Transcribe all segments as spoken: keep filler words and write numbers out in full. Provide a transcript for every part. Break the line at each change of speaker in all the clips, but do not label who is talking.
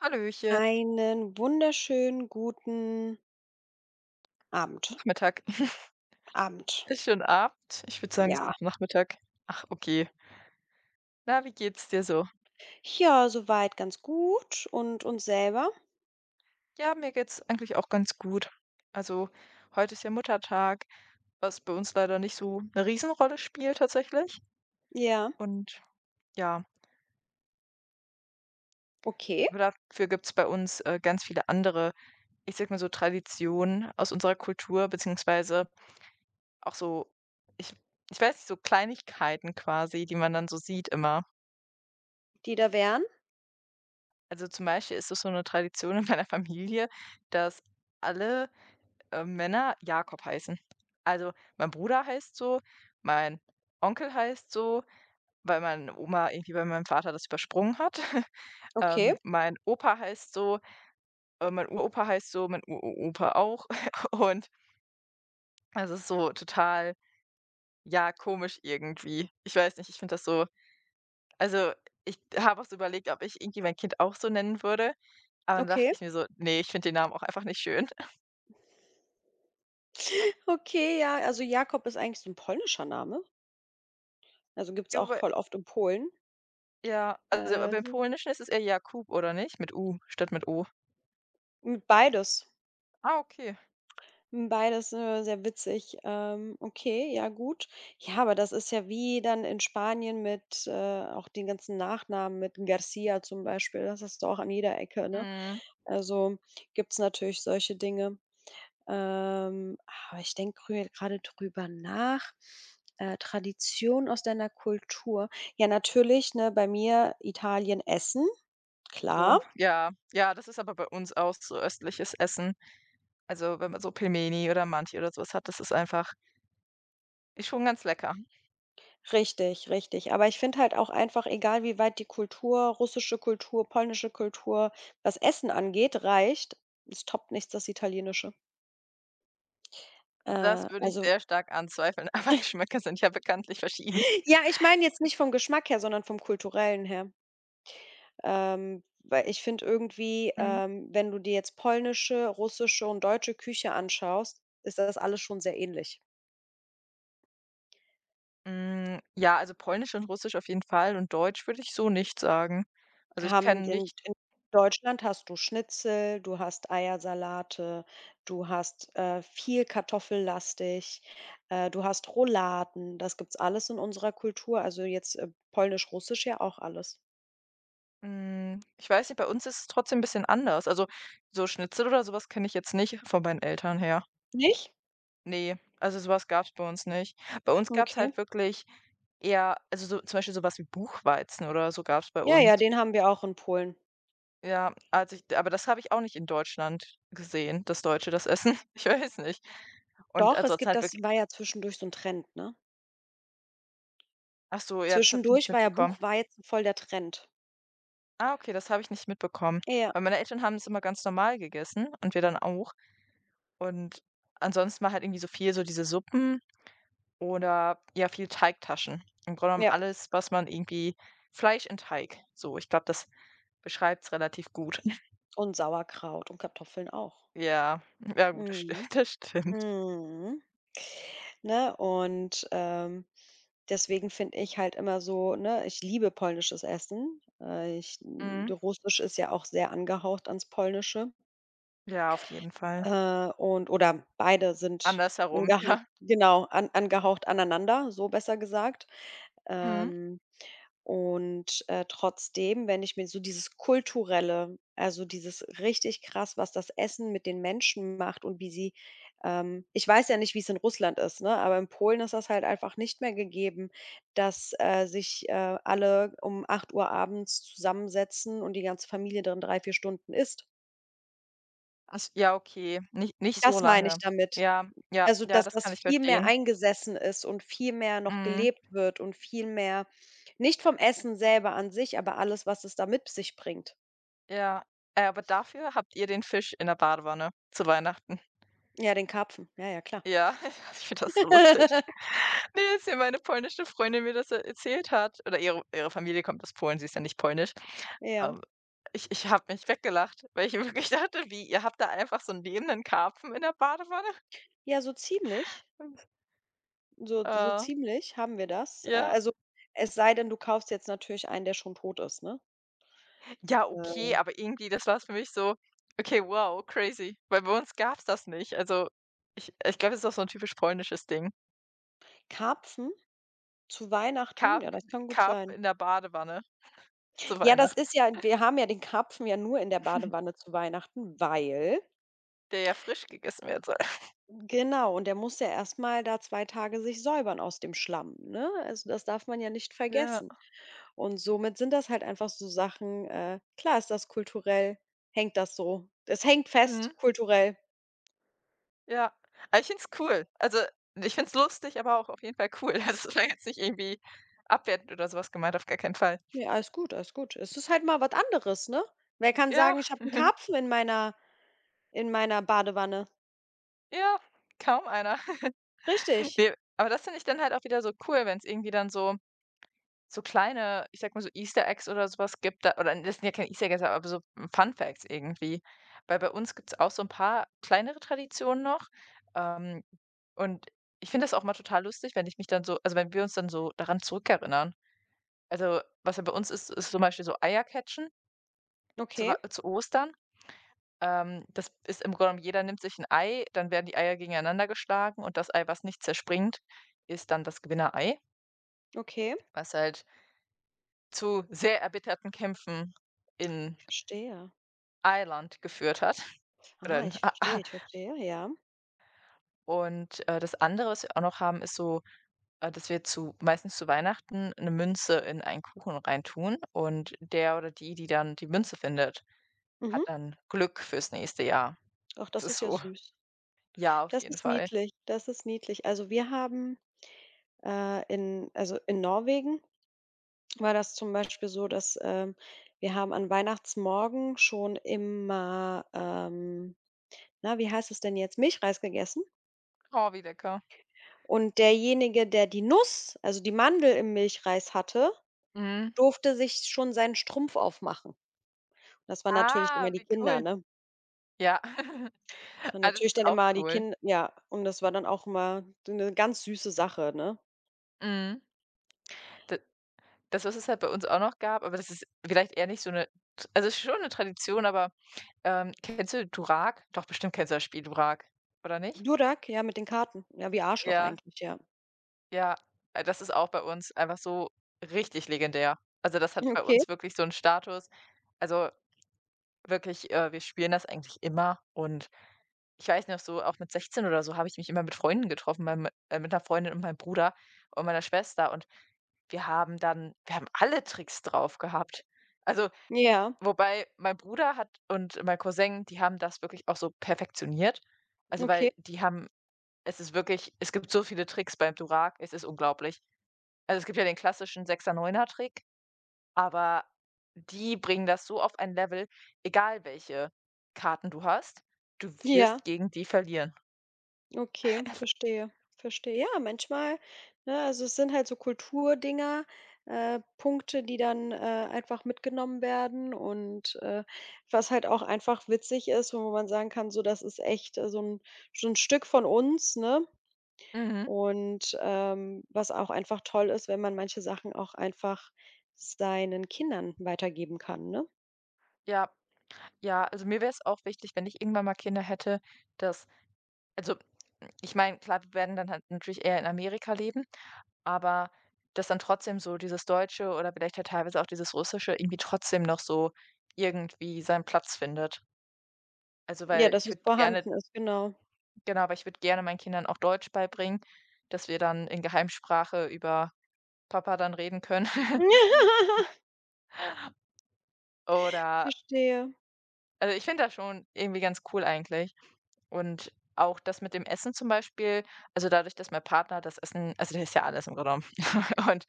Hallöchen.
Einen wunderschönen guten Abend.
Nachmittag.
Abend.
Ist schon Abend? Ich würde sagen, es ist
Ja.
noch Nachmittag. Ach, okay. Na, wie geht's dir so?
Ja, soweit ganz gut und uns selber?
Ja, mir geht's eigentlich auch ganz gut. Also, heute ist ja Muttertag, was bei uns leider nicht so eine Riesenrolle spielt tatsächlich.
Ja,
Und ja,
okay.
aber dafür gibt's bei uns, äh, ganz viele andere, ich sag mal so, Traditionen aus unserer Kultur, beziehungsweise auch so ich ich weiß nicht, so Kleinigkeiten quasi, die man dann so sieht immer.
Die da wären?
Also, zum Beispiel ist es so eine Tradition in meiner Familie, dass alle, äh, Männer Jakob heißen. Also, mein Bruder heißt so, mein Onkel heißt so, weil meine Oma irgendwie bei meinem Vater das übersprungen hat.
Okay,
Ähm, mein Opa heißt so, äh, mein Uropa heißt so, mein Uropa auch. Und das ist so total, ja, komisch irgendwie. Ich weiß nicht, ich finde das so also, ich habe auch so überlegt, ob ich irgendwie mein Kind auch so nennen würde, aber dann dachte
okay.
ich mir so: nee, ich finde den Namen auch einfach nicht schön.“
Okay, ja, also Jakob ist eigentlich so ein polnischer Name. Also, gibt's
Ja,
auch
wobei
voll oft in Polen.
ja, also
Äh,
beim
so
Polnischen ist es eher Jakub, oder nicht? Mit U statt mit O.
m beides.
Ah, okay.
Hm, beides, äh, sehr witzig. Ähm, okay, ja gut. Ja, aber das ist ja wie dann in Spanien mit, äh, auch den ganzen Nachnamen mit Garcia zum Beispiel. Das hast du auch an jeder Ecke, ne?
Mhm.
Also, gibt es natürlich solche Dinge. Ähm, aber ich denke gerade drüber nach. Äh, Tradition aus deiner Kultur. Ja, natürlich, ne, bei mir Italien, Essen,
Oh,
klar.
ja. Ja, das ist aber bei uns auch so östliches Essen. Also, wenn man so Pelmeni oder Manti oder so was hat, das ist einfach ist schon ganz lecker.
Richtig, richtig. Aber ich finde halt auch einfach, egal wie weit die Kultur, russische Kultur, polnische Kultur, was Essen angeht, reicht, es toppt nichts das Italienische. Äh,
Das würde ich
also
sehr stark anzweifeln, aber Geschmäcker sind ja bekanntlich verschieden.
ja, ich meine jetzt nicht vom Geschmack her, sondern vom Kulturellen her. Ähm, weil ich finde irgendwie,
Mhm.
ähm, wenn du dir jetzt polnische, russische und deutsche Küche anschaust, ist das alles schon sehr ähnlich.
Hm, ja, also Polnisch und Russisch auf jeden Fall und Deutsch würde ich so nicht sagen. Also, ich
Haben
kenne
in
nicht.
in Deutschland hast du Schnitzel, du hast Eiersalate, du hast, äh, viel kartoffellastig, äh, du hast Rouladen. Das gibt's alles in unserer Kultur, also jetzt, äh, polnisch-russisch ja auch alles.
Hm, ich weiß nicht, bei uns ist es trotzdem 'n bisschen anders. Also, so Schnitzel oder sowas kenne ich jetzt nicht von meinen Eltern her.
Nicht?
Ne, also, sowas gab es bei uns nicht. Bei uns gab es
Okay.
halt wirklich eher also, so zum Beispiel sowas wie Buchweizen oder so gab es bei
Ja,
uns.
ja, den haben wir auch in Polen.
Ja, also ich aber das habe ich auch nicht in Deutschland gesehen, das Deutsche, das Essen. Ich weiß nicht. Und
Doch, es
ansonsten
gibt
halt
das
wirklich
war ja zwischendurch so ein Trend, ne?
ach so, ja, das habe ich nicht
Zwischendurch war ja
mitbekommen.
Buchweizen voll der Trend.
Ah, okay, das habe ich nicht mitbekommen,
Ja,
weil meine Eltern haben es immer ganz normal gegessen und wir dann auch. Und ansonsten mache halt irgendwie so viel so diese Suppen oder ja, viel Teigtaschen. Im Grunde genommen
ja.
alles, was man irgendwie Fleisch in Teig. So, ich glaube, das beschreibt's relativ gut.
Und Sauerkraut und Kartoffeln auch.
Ja, ja gut, das sti
Mhm.
das stimmt.
Mhm. Ne? Und, ähm, deswegen finde ich halt immer so, ne, ich liebe polnisches Essen. Äh, ich
Mhm.
Russisch ist ja auch sehr angehaucht ans Polnische,
Ja, auf jeden Fall.
äh, und oder beide sind
Andersherum,
angehan
ja.
genau, an angehaucht aneinander, so besser gesagt.
Mhm.
Ähm, und, äh, trotzdem, wenn ich mir so dieses Kulturelle, also dieses richtig krass, was das Essen mit den Menschen macht und wie sie ähm, ich weiß ja nicht, wie es in Russland ist, ne, aber in Polen ist das halt einfach nicht mehr gegeben, dass, äh, sich, äh, alle um acht Uhr abends zusammensetzen und die ganze Familie dann drei vier Stunden isst.
Ach, ja, okay, nicht nicht so
Das meine ich
lange.
damit.
Ja, ja,
Also,
ja,
dass
das
das
kann ich
viel mehr
verstehen.
eingesessen ist und viel mehr noch
Mhm.
gelebt wird und viel mehr nicht vom Essen selber an sich, aber alles, was es da mit sich bringt.
Ja. Äh, aber dafür habt ihr den Fisch in der Badewanne zu Weihnachten.
Ja, den Karpfen. Ja, ja, klar.
Ja, ich finde das so lustig. Ne, als mir meine polnische Freundin mir das e erzählt hat oder ihre ihre Familie kommt aus Polen, sie ist ja nicht polnisch.
Ja.
Ähm, ich ich habe mich weggelacht, weil ich mir wirklich dachte: „Wie, ihr habt da einfach so einen lebenden Karpfen in der Badewanne?“
Ja, so ziemlich. So so
Äh,
ziemlich haben wir das. Äh,
ja.
also, es sei denn, du kaufst jetzt natürlich einen, der schon tot ist, ne?
Ja,
Äh,
okay, aber irgendwie das war's für mich so: „Okay, wow, crazy.“ Weil bei uns gab's das nicht. Also, ich ich glaube, das ist auch so ein typisch polnisches Ding.
Karpfen zu Weihnachten? Ja,
Karpfen
das kann gut
Karpfen
sein.
in der Badewanne zu
Ja, das
Weihnachten,
ist ja wir haben ja den Karpfen ja nur in der Badewanne zu Weihnachten, weil
der ja frisch gegessen werden soll.
genau, und der muss ja erst mal da zwei Tage sich säubern aus dem Schlamm, ne? Also, das darf man ja nicht
Ja,
vergessen. Und somit sind das halt einfach so Sachen äh, klar, ist das kulturell, hängt das so. Es hängt fest
mhm.
kulturell.
Ja, aber ich finde es cool. Also, ich finde es lustig, aber auch auf jeden Fall cool. Also, ist war jetzt nicht irgendwie abwertend oder sowas gemeint, auf gar keinen Fall.
Ja, alles gut, alles gut. Es ist halt mal was anderes, ne? Wer kann
Ja,
sagen: „Ich habe einen Karpfen in meiner in meiner Badewanne?"
ja, kaum einer.
Richtig.
Ne, aber das finde ich dann halt auch wieder so cool, wenn es irgendwie dann so so kleine, ich sag mal so Easter Eggs oder sowas gibt, da oder das sind ja keine Easter Eggs, aber so Fun Facts irgendwie. Weil bei uns gibt's auch so ein paar kleinere Traditionen noch, ähm, und ich finde das auch mal total lustig, wenn ich mich dann so also, wenn wir uns dann so daran zurückerinnern. Also, was ja bei uns ist, ist zum Beispiel so Eier catchen zu
Okay,
Wa zu Ostern. Ähm, das ist im Grunde genommen jeder nimmt sich ein Ei, dann werden die Eier gegeneinander geschlagen und das Ei, was nicht zerspringt, ist dann das Gewinnerei,
okay,
was halt zu sehr erbitterten Kämpfen in
verstehe.
Irland geführt hat. Oder
Ah,
in
ich verstehe, ich verstehe, ja.
und, äh, das andere, was wir auch noch haben, ist so äh, dass wir zu meistens zu Weihnachten eine Münze in einen Kuchen reintun und der oder die, die dann die Münze findet, hat
Mhm.
dann Glück fürs nächste Jahr.
Ach, das
Das ist
ist ja
so
süß.
ja, auf
Das
jeden
ist
Fall.
niedlich, das ist niedlich. Also, wir haben Äh, in also, in Norwegen war das zum Beispiel so, dass, ähm wir haben an Weihnachtsmorgen schon immer, ähm, na, wie heißt es denn jetzt, Milchreis gegessen
Oh, wie lecker.
und derjenige, der die Nuss, also die Mandel im Milchreis hatte,
Mhm.
durfte sich schon seinen Strumpf aufmachen. Das waren natürlich
Ah,
immer die
wie
Kinder,
cool.
ne?
Ja.
Das waren
Ah, das
natürlich
ist
dann
auch
immer die
cool.
Kinder, ja, und das war dann auch immer so 'ne ganz süße Sache, ne?
Mhm. D das, was es halt bei uns auch noch gab, aber das ist vielleicht eher nicht so eine. Also, es ist schon eine Tradition, aber, ähm, kennst du Durak? Doch, bestimmt kennst du das Spiel Durak, oder nicht?
Durak, ja, mit den Karten. Ja, wie Arschloch
Ja.
eigentlich, ja.
Ja, äh, das ist auch bei uns einfach so richtig legendär. Also, das hat bei
Okay.
uns wirklich so 'n Status. Also, wirklich, äh, wir spielen das eigentlich immer und ich weiß noch so, auch mit sechzehn oder so habe ich mich immer mit Freunden getroffen, meinem äh, mit 'ner Freundin und meinem Bruder und meiner Schwester und wir haben dann wir haben alle Tricks drauf gehabt. Also,
Ja,
wobei mein Bruder hat und mein Cousin, die haben das wirklich auch so perfektioniert. Also,
okay.
weil die haben es ist wirklich es gibt so viele Tricks beim Durak, es ist unglaublich. Also, es gibt ja den klassischen Sechser Neuner Trick, aber die bringen das so auf ein Level, egal welche Karten du hast, du
Ja.
wirst gegen die verlieren.
Okay, verstehe, verstehe. Ja, manchmal, ne, also es sind halt so Kulturdinger, äh, Punkte, die dann äh, einfach mitgenommen werden und äh, was halt auch einfach witzig ist, wo man sagen kann, so, das ist echt, äh, so ein so 'n Stück von uns, ne?
Mhm.
Und, ähm, was auch einfach toll ist, wenn man manche Sachen auch einfach seinen Kindern weitergeben kann, ne?
Ja, ja, also mir wäre es auch wichtig, wenn ich irgendwann mal Kinder hätte, dass also, hm, ich meine, klar, wir werden dann halt natürlich eher in Amerika leben, aber dass dann trotzdem so dieses Deutsche oder vielleicht halt teilweise auch dieses Russische irgendwie trotzdem noch so irgendwie seinen Platz findet. Also,
Ja,
weil
dass
ich
es
würde gerne.
vorhanden ist, genau.
Genau, aber ich würde gerne meinen Kindern auch Deutsch beibringen, dass wir dann in Geheimsprache über Papa dann reden können oder
Verstehe.
also, ich finde das schon irgendwie ganz cool eigentlich. Und auch das mit dem Essen zum Beispiel also, dadurch, dass mein Partner das Essen also, der ist ja alles im Grunde genommen und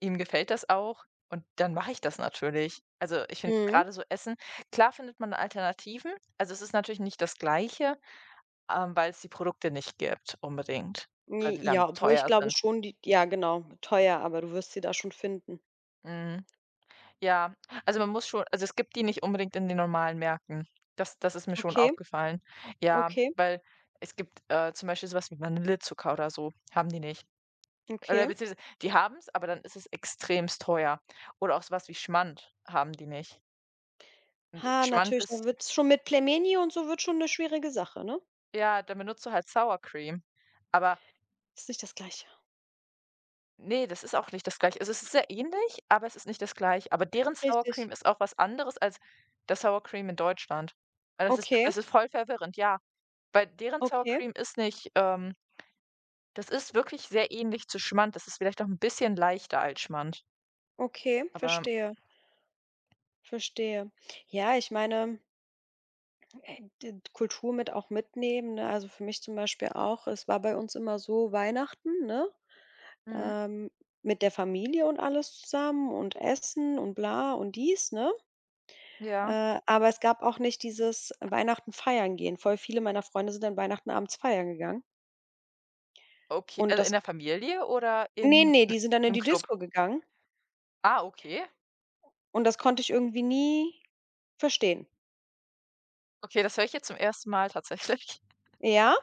ihm gefällt das auch und dann mache ich das natürlich. Also, ich finde
Mhm.
gerade so Essen klar findet man Alternativen. Also, es ist natürlich nicht das Gleiche, ähm, weil es die Produkte nicht gibt unbedingt oder
Ne,
die dann
ja, obwohl ich
teuer
glaube
sind.
schon, die, ja, genau, teuer, aber du wirst sie da schon finden.
Mhm. Ja, also, man muss schon also, es gibt die nicht unbedingt in den normalen Märkten. Das das ist mir schon
Okay,
aufgefallen. Ja,
okay,
weil es gibt, äh, zum Beispiel so was wie Vanillezucker oder so, haben die nicht. Oder
okay.
beziehungsweise die haben es, aber dann ist es extremst teuer. Oder auch so was wie Schmand haben die nicht. Und
Ha,
Schmand
natürlich, da
ist
wird's schon mit Plemeni und so wird schon eine schwierige Sache, ne?
ja, dann benutzt du halt Sour Cream. Aber
Ist nicht das Gleiche.
nee, das ist auch nicht das Gleiche. Also, es ist sehr ähnlich, aber es ist nicht das Gleiche. Aber deren Sour
Richtig.
Cream ist auch was anderes als das Sour Cream in Deutschland. Weil das ist
Okay,
das ist voll verwirrend, ja. Weil deren Sour
okay,
Cream ist nicht ähm, das ist wirklich sehr ähnlich zu Schmand. Das ist vielleicht noch ein bisschen leichter als Schmand,
okay,
aber
verstehe, verstehe. Ja, ich meine, äh, d Kultur mit auch mitnehmen, ne? Also, für mich zum Beispiel auch, es war bei uns immer so Weihnachten, ne,
mhm,
ähm, mit der Familie und alles zusammen und Essen und bla und dies, ne?
ja.
Äh, aber es gab auch nicht dieses Weihnachten feiern gehen. Voll viele meiner Freunde sind an Weihnachten abends feiern gegangen
Okay,
und
also in
das
der Familie oder
ne,
in
ne,
i
die sind dann in
im
die
Club?
Disco gegangen
Ah, okay.
und das konnte ich irgendwie nie verstehen.
Okay, das höre ich jetzt zum ersten Mal tatsächlich.
Ja,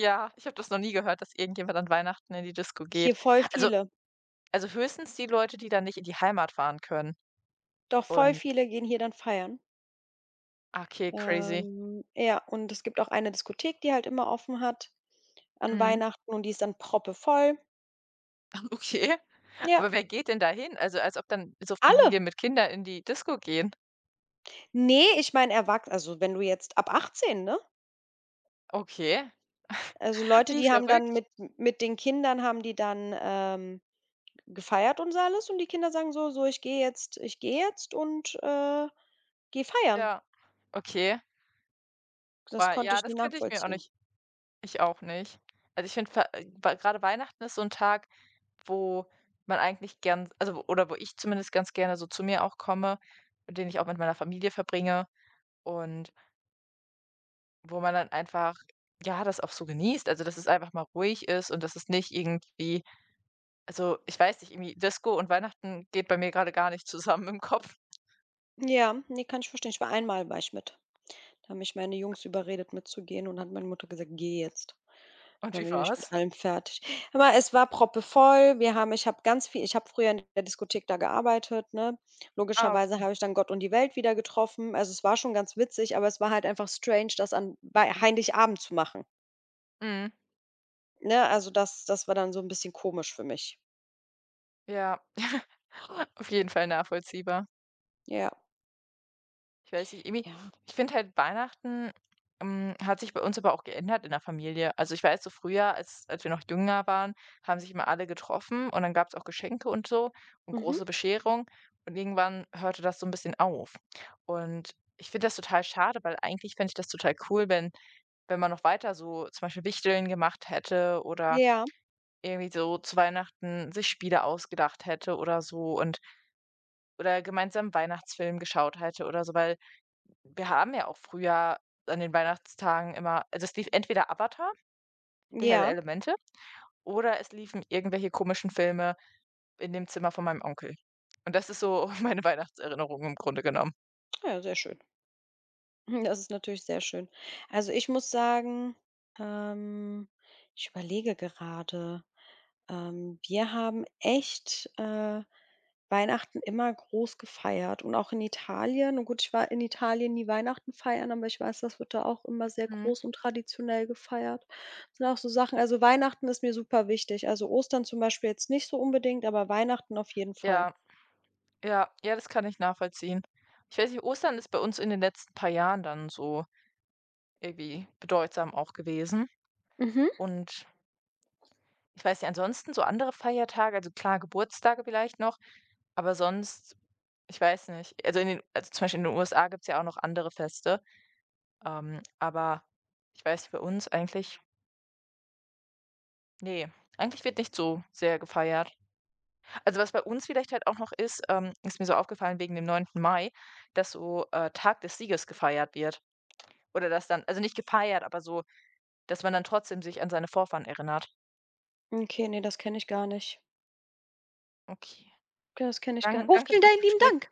Ja, ich habe das noch nie gehört, dass irgendjemand an Weihnachten in die Disco geht.
hier voll
Also
viele.
also höchstens die Leute, die dann nicht in die Heimat fahren können
Doch, voll
und
viele gehen hier dann feiern.
ah, okay, crazy.
Ähm, ja, und es gibt auch eine Diskothek, die halt immer offen hat an
Mhm,
Weihnachten und die ist dann proppevoll.
okay.
Ja,
Aber wer geht denn da hin? Also, als ob dann so
alle.
Familien mit Kindern in die Disco gehen.
Nee, ich meine erwachs also, wenn du jetzt ab achtzehn, ne?
Okay.
Also, Leute,
Wie
die haben dann
verrückt,
mit mit den Kindern haben die dann, ähm gefeiert und so alles und die Kinder sagen so: „So, ich gehe jetzt ich gehe jetzt und, äh, gehe feiern."
ja. Okay.
Das
Boah,
konnte
ja,
ich nie
das könnte ich mir auch
nachvollziehen.
nicht. Ich auch nicht. Also, ich finde, gerade Weihnachten ist so ein Tag, wo man eigentlich gern also, wo oder wo ich zumindest ganz gerne so zu mir auch komme, und den ich auch mit meiner Familie verbringe und wo man dann einfach, ja, das auch so genießt. Also, dass es einfach mal ruhig ist und dass es nicht irgendwie also, ich weiß nicht, irgendwie Disco und Weihnachten geht bei mir gerade gar nicht zusammen im Kopf.
Ja, ne, kann ich verstehen. Ich war einmal war ich mit. Da haben mich meine Jungs überredet, mitzugehen und hat meine Mutter gesagt: „Geh jetzt." Da
Und
waren
wie
wir nämlich mit
war's?
allem fertig. Aber es war proppevoll. Wir haben ich habe ganz viel ich habe früher in der Diskothek da gearbeitet, ne?
Ah,
Logischerweise
okay.
habe ich dann Gott und die Welt wieder getroffen. Also, es war schon ganz witzig, aber es war halt einfach strange, das an bei Heiligabend zu machen.
Mhm.
Ne, also das das war dann so ein bisschen komisch für mich.
Ja, auf jeden Fall nachvollziehbar.
Ja.
Ich weiß nicht, irgendwie
Ja.
ich finde halt Weihnachten, hm, hat sich bei uns aber auch geändert in der Familie. Also, ich weiß so früher, als als wir noch jünger waren, haben sich immer alle getroffen und dann gab es auch Geschenke und so und
Mhm.
große Bescherung und irgendwann hörte das so ein bisschen auf. Und ich finde das total schade, weil eigentlich fände ich das total cool, wenn wenn man noch weiter so zum Beispiel Wichteln gemacht hätte oder
Ja,
irgendwie so zu Weihnachten sich Spiele ausgedacht hätte oder so und oder gemeinsam 'n Weihnachtsfilm geschaut hätte oder so, weil wir haben ja auch früher an den Weihnachtstagen immer also, es lief entweder Avatar, der Herr der
ja.
Elemente, oder es liefen irgendwelche komischen Filme in dem Zimmer von meinem Onkel. Und das ist so meine Weihnachtserinnerung im Grunde genommen.
Ja, sehr schön. Das ist natürlich sehr schön. Also, ich muss sagen, ähm, ich überlege gerade. Ähm, wir haben echt, äh, Weihnachten immer groß gefeiert und auch in Italien. Und gut, ich war in Italien nie Weihnachten feiern, aber ich weiß, das wird da auch immer sehr
Mhm.
groß und traditionell gefeiert. Das sind auch so Sachen, also Weihnachten ist mir super wichtig. Also Ostern zum Beispiel jetzt nicht so unbedingt, aber Weihnachten auf jeden Fall.
Ja, ja, ja, das kann ich nachvollziehen. Ich weiß nicht, Ostern ist bei uns in den letzten paar Jahren dann so irgendwie bedeutsam auch gewesen
Mhm.
und ich weiß nicht, ansonsten so andere Feiertage, also klar, Geburtstage vielleicht noch, aber sonst, ich weiß nicht. Also in den, also zum Beispiel in den U S A gibt es ja auch noch andere Feste, ähm, aber ich weiß nicht, bei uns eigentlich, nee, eigentlich wird nicht so sehr gefeiert. Also was bei uns vielleicht halt auch noch ist, ähm, ist mir so aufgefallen wegen dem neunten Mai, dass so äh, Tag des Sieges gefeiert wird. Oder dass dann, also nicht gefeiert, aber so, dass man dann trotzdem sich an seine Vorfahren erinnert.
Okay, nee, das kenne ich gar nicht.
Okay.
Okay, das kenne ich gar nicht.
Dann,
Oh,
danke
vielen
fürs
Dank, lieben
Gespräch.
Dank.